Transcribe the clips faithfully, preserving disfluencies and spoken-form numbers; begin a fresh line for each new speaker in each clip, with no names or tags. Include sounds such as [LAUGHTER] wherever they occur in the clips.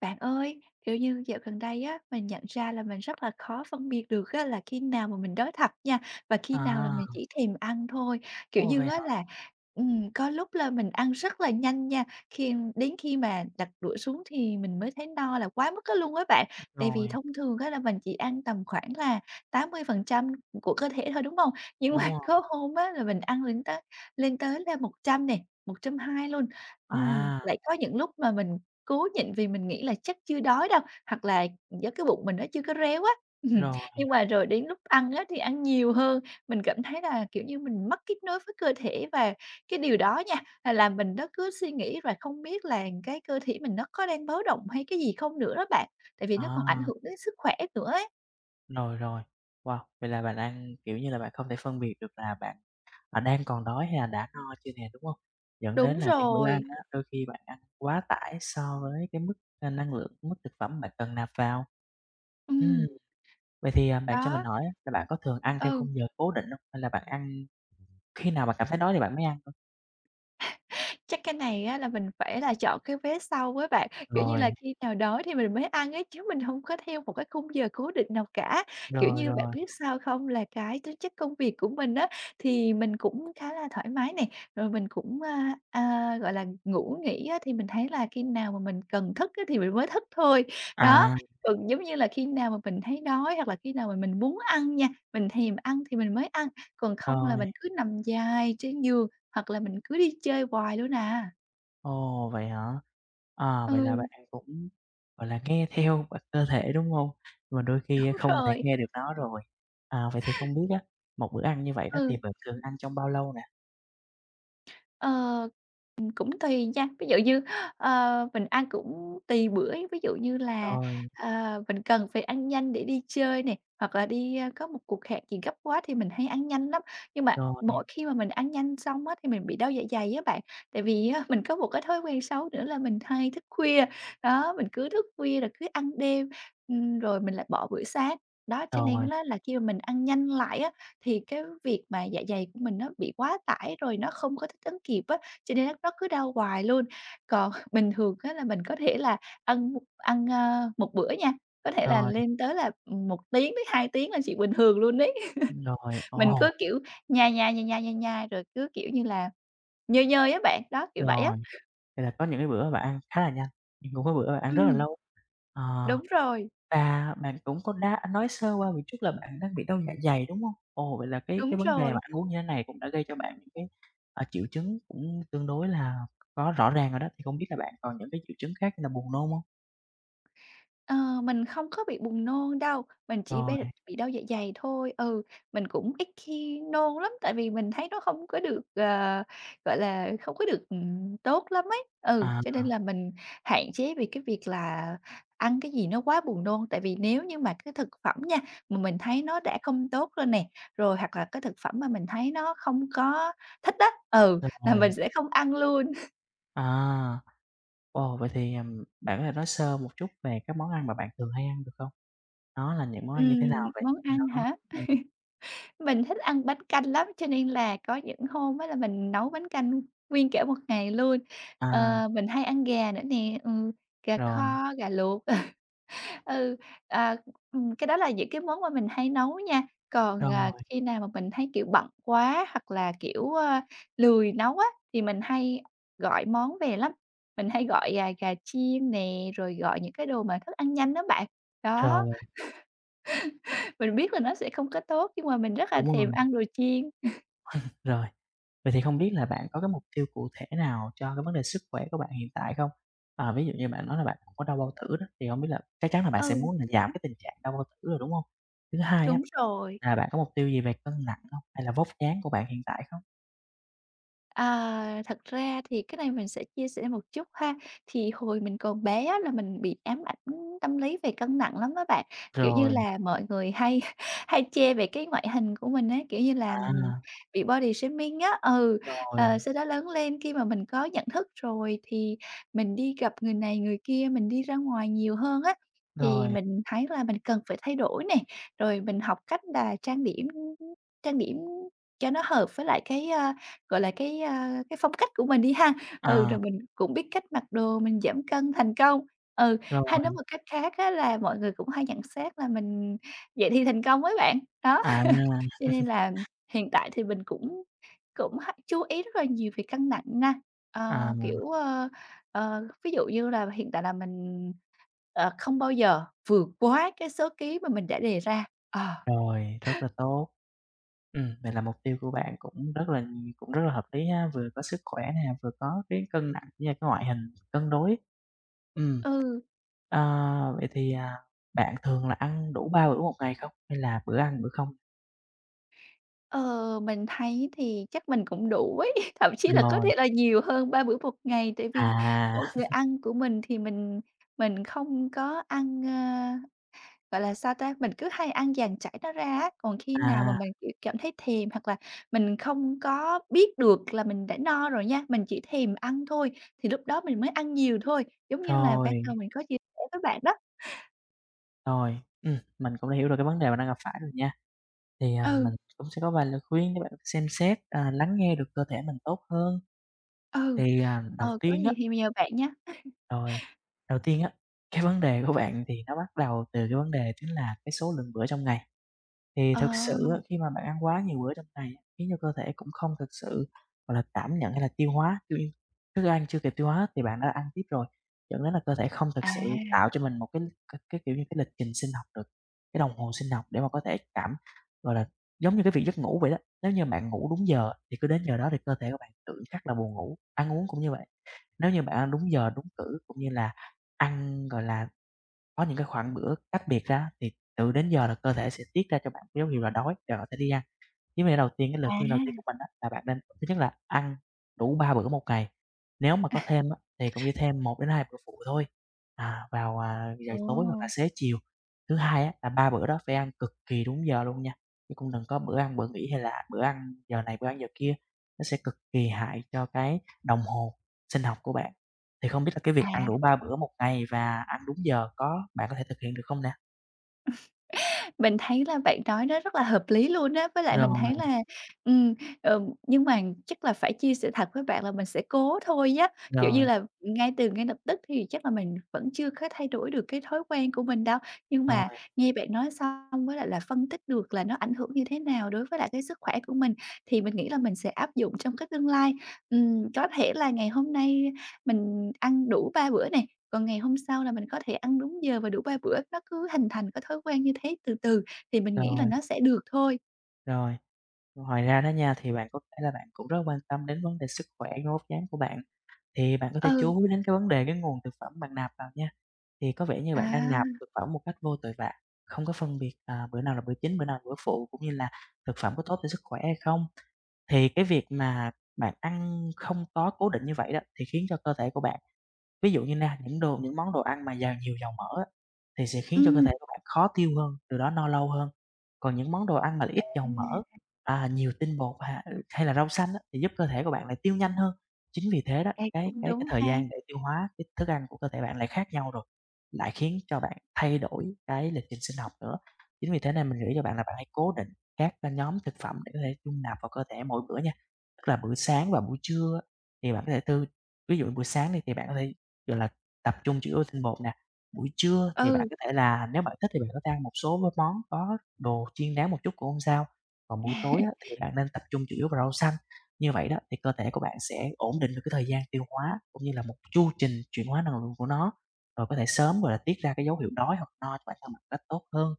Bạn ơi, kiểu như dạo gần đây á, mình nhận ra là mình rất là khó phân biệt được á, là khi nào mà mình đói thật nha và khi nào là
À,
mình chỉ thèm ăn thôi. Kiểu
ồ, vậy
như á
hả?
là, ừm, có lúc là mình ăn rất là nhanh nha, khi đến khi mà đặt đũa xuống thì mình mới thấy no là quá mức á luôn á bạn. Tại vì
Rồi,
thông thường á là mình chỉ ăn tầm khoảng là tám mươi phần trăm của cơ thể thôi, đúng không? [LAUGHS] Nhưng
đúng
mà
rồi.
có hôm á là mình ăn lên tới lên tới là một trăm nè, một trăm hai luôn. Ừm,
À,
lại có những lúc mà mình Cố nhịn vì mình nghĩ là chắc chưa đói đâu, hoặc là do cái bụng mình nó chưa có réo á. [LAUGHS] Ừm,
rồi,
nhưng mà rồi đến lúc ăn á thì ăn nhiều hơn, mình cảm thấy là, kiểu như, mình mất kết nối với cơ thể và cái điều đó nha, là làm mình nó cứ suy nghĩ và không biết là cái cơ thể mình nó có đang báo động hay cái gì không nữa đó bạn, tại vì nó còn ảnh
à,
hưởng đến sức khỏe nữa ấy.
rồi, rồi. Wow, vậy là bạn ăn kiểu như là, bạn không thể phân biệt được là bạn, à, đang còn đói hay là đã no chưa nè, đúng không? Dẫn đến
Đúng
là những bữa ăn
rồi,
á, đôi khi bạn ăn quá tải so với cái mức, a, năng lượng, mức thực phẩm bạn cần nạp vào. Ừm,
ừm,
vậy thì, à, bạn cho mình
đó,
hỏi á, là bạn có thường ăn theo
ừ.
khung giờ cố định không? Hay là bạn ăn khi nào bạn cảm thấy đói thì bạn mới ăn thôi?
Chắc cái này á là mình phải là chọn cái vé sau với bạn, kiểu như
Rồi,
là, khi nào đói thì mình mới ăn ấy, chứ mình hông có theo một cái khung giờ cố định nào cả. Kiểu
rồi,
như, bạn
rồi.
biết sao không? Là cái tính chất công việc của mình á, thì mình cũng khá là thoải mái nè, rồi mình cũng, a, a, gọi là, ngủ nghỉ á, thì mình thấy là khi nào mà mình cần thức á thì mình mới thức thôi. Đó,
À,
còn giống như là khi nào mà mình thấy đói hoặc là khi nào mà mình muốn ăn nha, mình thèm ăn thì mình mới ăn, còn không là
rồi,
mình cứ nằm dài trên giường hoặc là mình cứ đi chơi hoài luôn à.
ồ, vậy hả? À,
Ừ,
vậy là bạn cũng, gọi là, nghe theo và cơ thể, đúng hông? Nhưng mà đôi khi á
đúng
không thể
rồi.
nghe được nó rồi. À, vậy thì không biết á, một bữa ăn như vậy đó thì
Ừ,
bạn thường ăn trong bao lâu nè?
ờ. cũng tùy nha, ví dụ như, ờ, mình ăn cũng tùy bữa ví dụ như là,
Rồi,
ờ, mình cần phải ăn nhanh để đi chơi này hoặc là đi, a, có một cuộc hẹn gì gấp quá thì mình hay ăn nhanh lắm. Nhưng mà
rồi,
mỗi khi mà mình ăn nhanh xong á thì mình bị đau dạ dày á bạn, tại vì á mình có một cái thói quen xấu nữa là mình hay thức khuya, đó, mình cứ thức khuya rồi cứ ăn đêm, ừm, rồi mình lại bỏ bữa sáng. Đó, cho
rồi,
nên á là khi mà mình ăn nhanh lại á thì cái việc mà dạ dày của mình nó bị quá tải rồi nó không có thích ứng kịp á. Cho nên nó nó cứ đau hoài luôn. Còn [LAUGHS] bình thường á là mình có thể là ăn một- ăn, ơ, một bữa nha, có thể là
rồi,
lên tới là, ừ, một tiếng tới hai tiếng là chuyện bình thường luôn đấy.
rồi,
[LAUGHS] Mình
ồ,
cứ, kiểu, nhai, nhai, nhai, nhai, nhai, nhai rồi cứ, kiểu như là, nhơi nhơi á bạn, đó, kiểu vậy á.
rồi, vậy là có những cái bữa bạn ăn khá là nhanh, nhưng cũng có bữa bạn ăn rất là
Ừm,
lâu. Ờ.
đúng rồi,
Và bạn cũng có đã nói sơ qua một chút là bạn đang bị đau dạ dày, đúng hông? Ồ, vậy là cái
đúng
cái vấn đề mà
rồi.
ăn uống như thế này cũng đã gây cho bạn những cái, ờ, triệu chứng cũng tương đối là có rõ ràng rồi đó, thì không biết là bạn còn những cái triệu chứng khác như là buồn nôn hông?
Ờ, mình không có bị buồn nôn đâu, mình chỉ
Rồi,
bê bị đau dạ dày thôi. Ừ, mình cũng ít khi nôn lắm, tại vì mình thấy nó không có được, ờ, gọi là, không có được, ừm, tốt lắm ấy. Ừ,
à,
cho nên là mình hạn chế về cái việc là ăn cái gì nó quá buồn nôn. Tại vì nếu như mà cái thực phẩm nha, mà mình thấy nó đã không tốt rồi nè, rồi hoặc là cái thực phẩm mà mình thấy nó không có thích đó, ừ, là mình
rồi,
sẽ không ăn luôn. [LAUGHS]
à, ồ, vậy thì, ừm, bạn có thể nói sơ một chút về các món ăn mà bạn thường hay ăn được không? Nó là những món ăn như thế
Ừm,
nào vậy?
món
Nó
ăn hả?
ừm,
Mình thích ăn bánh canh lắm, cho nên là có những hôm á là mình nấu bánh canh nguyên cả một ngày luôn.
à,
Ờ, mình hay ăn gà nữa nè, ừ, gà
rồi,
kho, gà luộc. [LAUGHS] Ừ, à, ừm, cái đó là những cái món mà mình hay nấu nha. Còn, à,
rồi,
khi nào mà mình thấy, kiểu, bận quá hoặc là, kiểu, ơ, lười nấu á, thì mình hay gọi món về lắm. Mình hay gọi, à, gà chiên nè, rồi gọi những cái đồ mà thức ăn nhanh đó bạn. Đó,
rồi,
[LAUGHS] mình biết là nó sẽ không có tốt nhưng mà mình rất là
đúng rồi,
thèm ăn đồ chiên.
rồi. Vậy thì không biết là bạn có cái mục tiêu cụ thể nào cho cái vấn đề sức khỏe của bạn hiện tại không? Ờ, ví dụ như bạn nói là bạn cũng có đau bao tử đó, thì không biết là chắc chắn là bạn sẽ
Ừ.
muốn là giảm cái tình trạng đau bao tử rồi, đúng không? Thứ hai á,
Đúng rồi.
là bạn có mục tiêu gì về cân nặng không? Hay là vóc dáng của bạn hiện tại không?
À, thật ra thì cái này mình sẽ chia sẻ một chút ha. Thì hồi mình còn bé á là mình bị ám ảnh tâm lý về cân nặng lắm các bạn. Kiểu như
Rồi,
là, mọi người hay [LAUGHS] hay chê về cái ngoại hình của mình ấy, kiểu như là,
à,
bị body shaming á. Ừ, ờ,
rồi,
sau đó lớn lên khi mà mình có nhận thức rồi thì mình đi gặp người này người kia, mình đi ra ngoài nhiều hơn á, thì
rồi,
mình thấy là mình cần phải thay đổi nè, rồi mình học cách là trang điểm trang điểm cho nó hợp với lại cái, ờ, Gọi là, cái, a, cái phong cách của mình đi ha. Ừ,
à,
rồi mình cũng biết cách mặc đồ mình giảm cân thành công. Ừ, hay
rồi,
nói một cách khác á là mọi người cũng hay nhận xét là mình dậy thì thành công ấy bạn. Đó,
à,
cho nên là hiện tại thì mình cũng cũng hay chú ý rất là nhiều về cân nặng nha.
à,
Ờ, kiểu, ơ, ờ, ví dụ như là hiện tại là mình, ờ, không bao giờ vượt quá cái số ký mà mình đã đề ra. Ờ,
rồi, rất là tốt. Ừm, vậy là mục tiêu của bạn cũng rất là cũng rất là hợp lý ha, vừa có sức khỏe nè, vừa có cái cân nặng cũng như cái ngoại hình cân đối. Ừm.
ừ.
Ờ, vậy thì, à, bạn thường là ăn đủ ba bữa một ngày không? Hay là bữa ăn bữa không?
Ờ, mình thấy thì chắc mình cũng đủ ấy, [LAUGHS] thậm chí là có thể
Rồi,
là nhiều hơn ba bữa một ngày, tại vì mỗi
à,
người ăn của mình thì mình mình không có ăn, ơ, gọi là, sao ta, mình cứ hay ăn dàn trải nó ra á, còn khi nào mà
à,
mình, kiểu, cảm thấy thèm hoặc là mình không có biết được là mình đã no rồi nha, mình chỉ thèm ăn thôi, thì lúc đó mình mới ăn nhiều thôi, giống như là ban đầu
rồi,
mình có chia sẻ với bạn đó.
rồi, ừm, mình cũng đã hiểu được cái vấn đề bạn đang gặp phải rồi nha. Thì, à,
Ừ,
mình cũng sẽ có vài lời khuyên để bạn xem xét, à, lắng nghe được cơ thể mình tốt hơn.
ừ,
Thì, à, đầu
ờ, có
tiên á,
gì thì nhờ bạn nhé.
rồi, đầu tiên á, cái vấn đề của bạn thì nó bắt đầu từ cái vấn đề chính là cái số lượng bữa trong ngày. Thì
Ờ,
thực sự á, khi mà bạn ăn quá nhiều bữa trong ngày á, khiến cho cơ thể cũng không thực sự, gọi là, cảm nhận hay là tiêu hóa, kiểu như, thức ăn chưa kịp tiêu hóa thì bạn đã ăn tiếp rồi, dẫn đến là cơ thể không thực sự
à,
tạo cho mình một cái cái cái, kiểu như, cái lịch trình sinh học được, cái đồng hồ sinh học để mà có thể cảm gọi là, giống như cái việc giấc ngủ vậy đó. Nếu như bạn ngủ đúng giờ thì cứ đến giờ đó thì cơ thể của bạn tự khắc là buồn ngủ, ăn uống cũng như vậy. Nếu như bạn ăn đúng giờ, đúng cử cũng như là ăn, gọi là, có những cái khoảng bữa tách biệt ra thì tự đến giờ là cơ thể sẽ tiết ra cho bạn cái dấu hiệu là đói để có thể đi ăn. Vấn đề đầu tiên, cái lời khuyên đầu tiên
à,
của mình á, là bạn nên thứ nhất là ăn đủ ba bữa một ngày, nếu mà có thêm á, thì cũng chỉ thêm một đến hai bữa phụ thôi, à, vào, à, giờ
ồ.
tối hoặc là xế chiều. Thứ hai á, là ba bữa đó phải ăn cực kỳ đúng giờ luôn nha, chứ cũng đừng có bữa ăn bữa nghỉ hay là bữa ăn giờ này bữa ăn giờ kia, nó sẽ cực kỳ hại cho cái đồng hồ sinh học của bạn. Thì không biết là cái việc
À,
ăn đủ ba bữa một ngày và ăn đúng giờ có bạn có thể thực hiện được không nè?
mình thấy là bạn nói nó rất là hợp lý luôn á, với lại mình
Rồi,
thấy là, ừm, ờ, nhưng mà chắc là phải chia sẻ thật với bạn là mình sẽ cố thôi á, kiểu như
rồi,
là, ngay từ ngay lập tức thì chắc là mình vẫn chưa có thay đổi được cái thói quen của mình đâu. Nhưng mà
rồi,
nghe bạn nói xong với lại là phân tích được là nó ảnh hưởng như thế nào đối với lại cái sức khỏe của mình, thì mình nghĩ là mình sẽ áp dụng trong cái tương lai. Ừm, có thể là ngày hôm nay Mình ăn đủ ba bữa này còn ngày hôm sau là mình có thể ăn đúng giờ và đủ ba bữa, nó cứ hình thành cái thói quen như thế từ từ thì mình nghĩ là
rồi,
nó sẽ được thôi.
rồi. Ngoài ra đó nha, thì bạn có thể là bạn cũng rất quan tâm đến vấn đề sức khỏe do vóc dáng của bạn, thì bạn có thể
Ừ,
chú ý đến cái vấn đề cái nguồn thực phẩm bạn nạp vào nha. Thì có vẻ như
à,
bạn đang nạp thực phẩm một cách vô tội vạ, không có phân biệt, à, bữa nào là bữa chính, bữa nào là bữa phụ, cũng như là thực phẩm có tốt cho sức khỏe hay không. Thì cái việc mà bạn ăn không có cố định như vậy đó, thì khiến cho cơ thể của bạn. Ví dụ như na những đồ những món đồ ăn mà giàu nhiều dầu mỡ á, thì sẽ khiến cho cơ
ừm,
thể của bạn khó tiêu hơn, từ đó no lâu hơn. Còn những món đồ ăn mà
à,
ít dầu mỡ,
Ừm.
à, nhiều tinh bột ha hay là rau xanh á, thì giúp cơ thể của bạn lại tiêu nhanh hơn. Chính vì thế đó, cái
Cũng
cái cái
đúng
thời
ha.
gian để tiêu hóa cái thức ăn của cơ thể bạn lại khác nhau rồi, lại khiến cho bạn thay đổi cái lịch trình sinh học nữa. Chính vì thế nên mình nghĩ cho bạn là bạn hãy cố định các, a, nhóm thực phẩm để có thể dung nạp vào cơ thể mỗi bữa nha. Tức là bữa sáng và buổi trưa á, thì bạn có thể tư ví dụ buổi sáng đi thì bạn có thể gọi là, tập trung chủ yếu tinh bột nè. Buổi trưa thì bạn
Ừ,
có thể là nếu bạn thích thì bạn có thể ăn một số m món có đồ chiên rán một chút cũng hông sao. Còn buổi tối á, thì bạn nên tập trung chủ yếu vào rau xanh, như vậy đó thì cơ thể của bạn sẽ ổn định được cái thời gian tiêu hóa cũng như là một chu trình chuyển hóa năng lượng của nó, rồi có thể sớm, gọi là, tiết ra cái dấu hiệu đói hoặc no cho bản thân bạn một cách tốt hơn.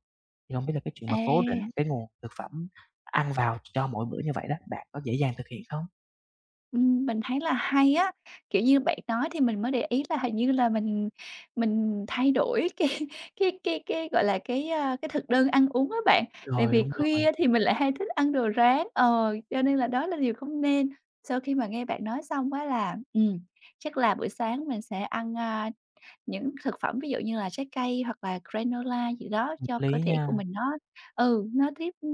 Thì hông biết là cái chuyện mà cố định
à.
cái nguồn thực phẩm ăn vào cho mỗi bữa như vậy đó, bạn có dễ dàng thực hiện không?
Ừm, mình thấy là hay á, kiểu như, bạn nói thì mình mới để ý là hình như là mình mình thay đổi cái [LAUGHS] cái cái cái, gọi là, cái, a, cái thực đơn ăn uống á bạn. Tại
Rồi,
vì
đúng rồi,
khuya thì mình lại hay thích ăn đồ rán, ờ, cho nên là đó là điều không nên. Sau khi mà nghe bạn nói xong quá là, ừm, chắc là buổi sáng mình sẽ ăn, à, những thực phẩm ví dụ như là trái cây hoặc là granola gì đó
hợp
cho cơ
lý
thể của
nha,
mình nó ừ, nó tiếp ừ,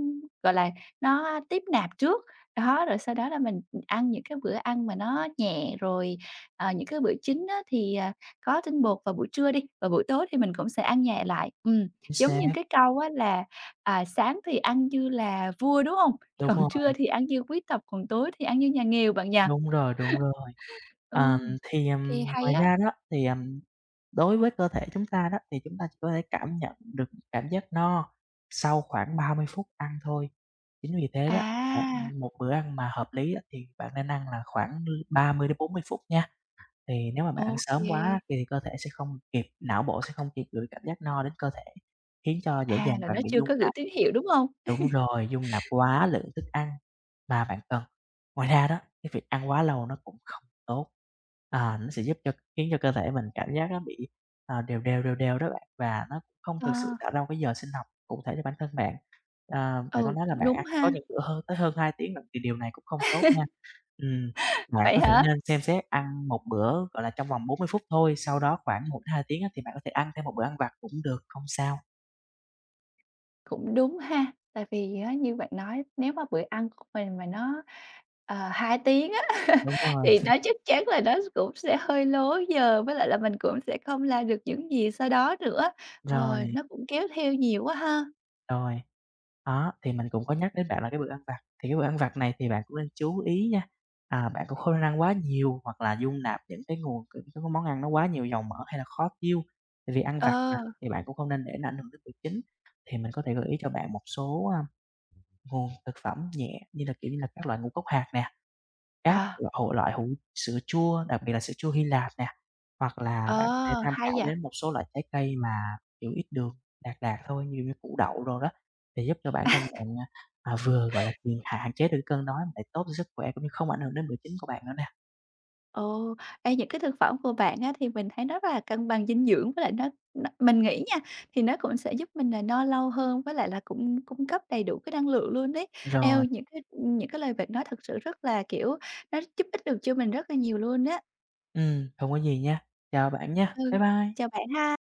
gọi là, nó tiếp nạp trước. Đó, rồi sau đó là mình, ăn những cái bữa ăn mà nó nhẹ, rồi, ờ, những cái bữa chính á thì, à, có tinh bột vào buổi trưa đi, và buổi tối thì mình cũng sẽ ăn nhẹ lại. Ừm,
chính
giống
xác,
như cái câu á là, à, "Sáng thì ăn như là vua", đúng không?
đúng
"Còn
không?
trưa thì ăn như quý tộc, còn tối thì ăn như nhà nghèo" bạn nhỉ?
Đúng rồi, đúng rồi.
Ừ.
Ờ, thì,
Ô
ừm,
hay
ngoài
á.
ra đó, thì, ừm, đối với cơ thể chúng ta đó, thì chúng ta chỉ có thể cảm nhận được cảm giác no sau khoảng ba mươi phút ăn thôi. Chính vì thế đó, bạn
À,
một bữa ăn mà hợp lý á, thì bạn nên ăn là khoảng ba mươi đến bốn mươi phút nha. Thì nếu mà bạn ăn
ok.
sớm quá thì cơ thể sẽ không kịp não bộ sẽ không kịp gửi cảm giác no đến cơ thể, khiến cho dễ
À,
dàng
là nó
bạn bị
chưa
rung.
có gửi tín hiệu, đúng hông?
Đúng rồi, dung nạp quá lượng thức ăn mà bạn cần. Ngoài ra đó, cái việc ăn quá lâu nó cũng không tốt, à, nó sẽ giúp cho khiến cho cơ thể mình cảm giác nó bị, ờ, đều đều, đều đều đó bạn, và nó cũng không
Ờ,
thực sự tạo ra một cái giờ sinh học cụ thể cho bản thân bạn. Ờ, bạn có
ừ,
nói là
cũng
bạn
đúng
ăn
ha.
có những bữa hơn tới hơn hai tiếng lận thì điều này cũng không tốt nha. Ừm, bạn
Vậy
có thể
hả?
nên xem xét ăn một bữa, gọi là, trong vòng bốn mươi phút thôi, sau đó khoảng một hai tiếng á thì bạn có thể ăn thêm một bữa ăn vặt cũng được, không sao.
Cũng đúng ha, tại vì á như bạn nói nếu mà bữa ăn của mình mà nó, ờ, hai tiếng á,
Đúng rồi,
thì nó chắc chắn là nó cũng sẽ hơi lố giờ, với lại là mình cũng sẽ không làm được những gì sau đó nữa. Ờ,
rồi,
nó cũng kéo theo nhiều quá ha.
rồi. Đó, thì mình cũng có nhắc đến bạn là cái bữa ăn vặt, thì cái bữa ăn vặt này thì bạn cũng nên chú ý nha, à, bạn cũng không nên ăn quá nhiều hoặc là dung nạp những cái nguồn những cái món ăn nó quá nhiều dầu mỡ hay là khó tiêu, tại vì ăn vặt
Ờ,
mà, thì bạn cũng không nên để nó ảnh hưởng đến việc chính. Thì mình có thể gợi ý cho bạn một số, a, nguồn thực phẩm nhẹ như là, kiểu như là, các loại ngũ cốc hạt nè. Các
à,
loại loại hũ sữa chua, đặc biệt là sữa chua Hy Lạp nè, hoặc là bạn có thể
ờ,
tham
hay
khảo
vậy.
đến một số loại trái cây mà, kiểu, ít đường, lạt đạt thôi, như như củ đậu đồ đó, thì giúp cho bản thân bạn, à, à, vừa, gọi là, kiềm hạn hạn chế được cái cơn đói mà lại tốt cho sức khỏe cũng như không ảnh hưởng đến bữa chính của bạn nữa nè.
Ồ, ê, những cái thực phẩm của bạn á, thì mình thấy nó rất là cân bằng dinh dưỡng với lại nó nó mình nghĩ nha, thì nó cũng sẽ giúp mình là no lâu hơn với lại là cũng cung cấp đầy đủ cái năng lượng luôn đấy.
Rồi,
Eo, những cái những cái lời bạn nói thật sự rất là, kiểu, nó giúp ích được cho mình rất là nhiều luôn á.
ừm, không có gì nha, chào bạn nha, bye
Ừ, chào
bye.
bạn ha.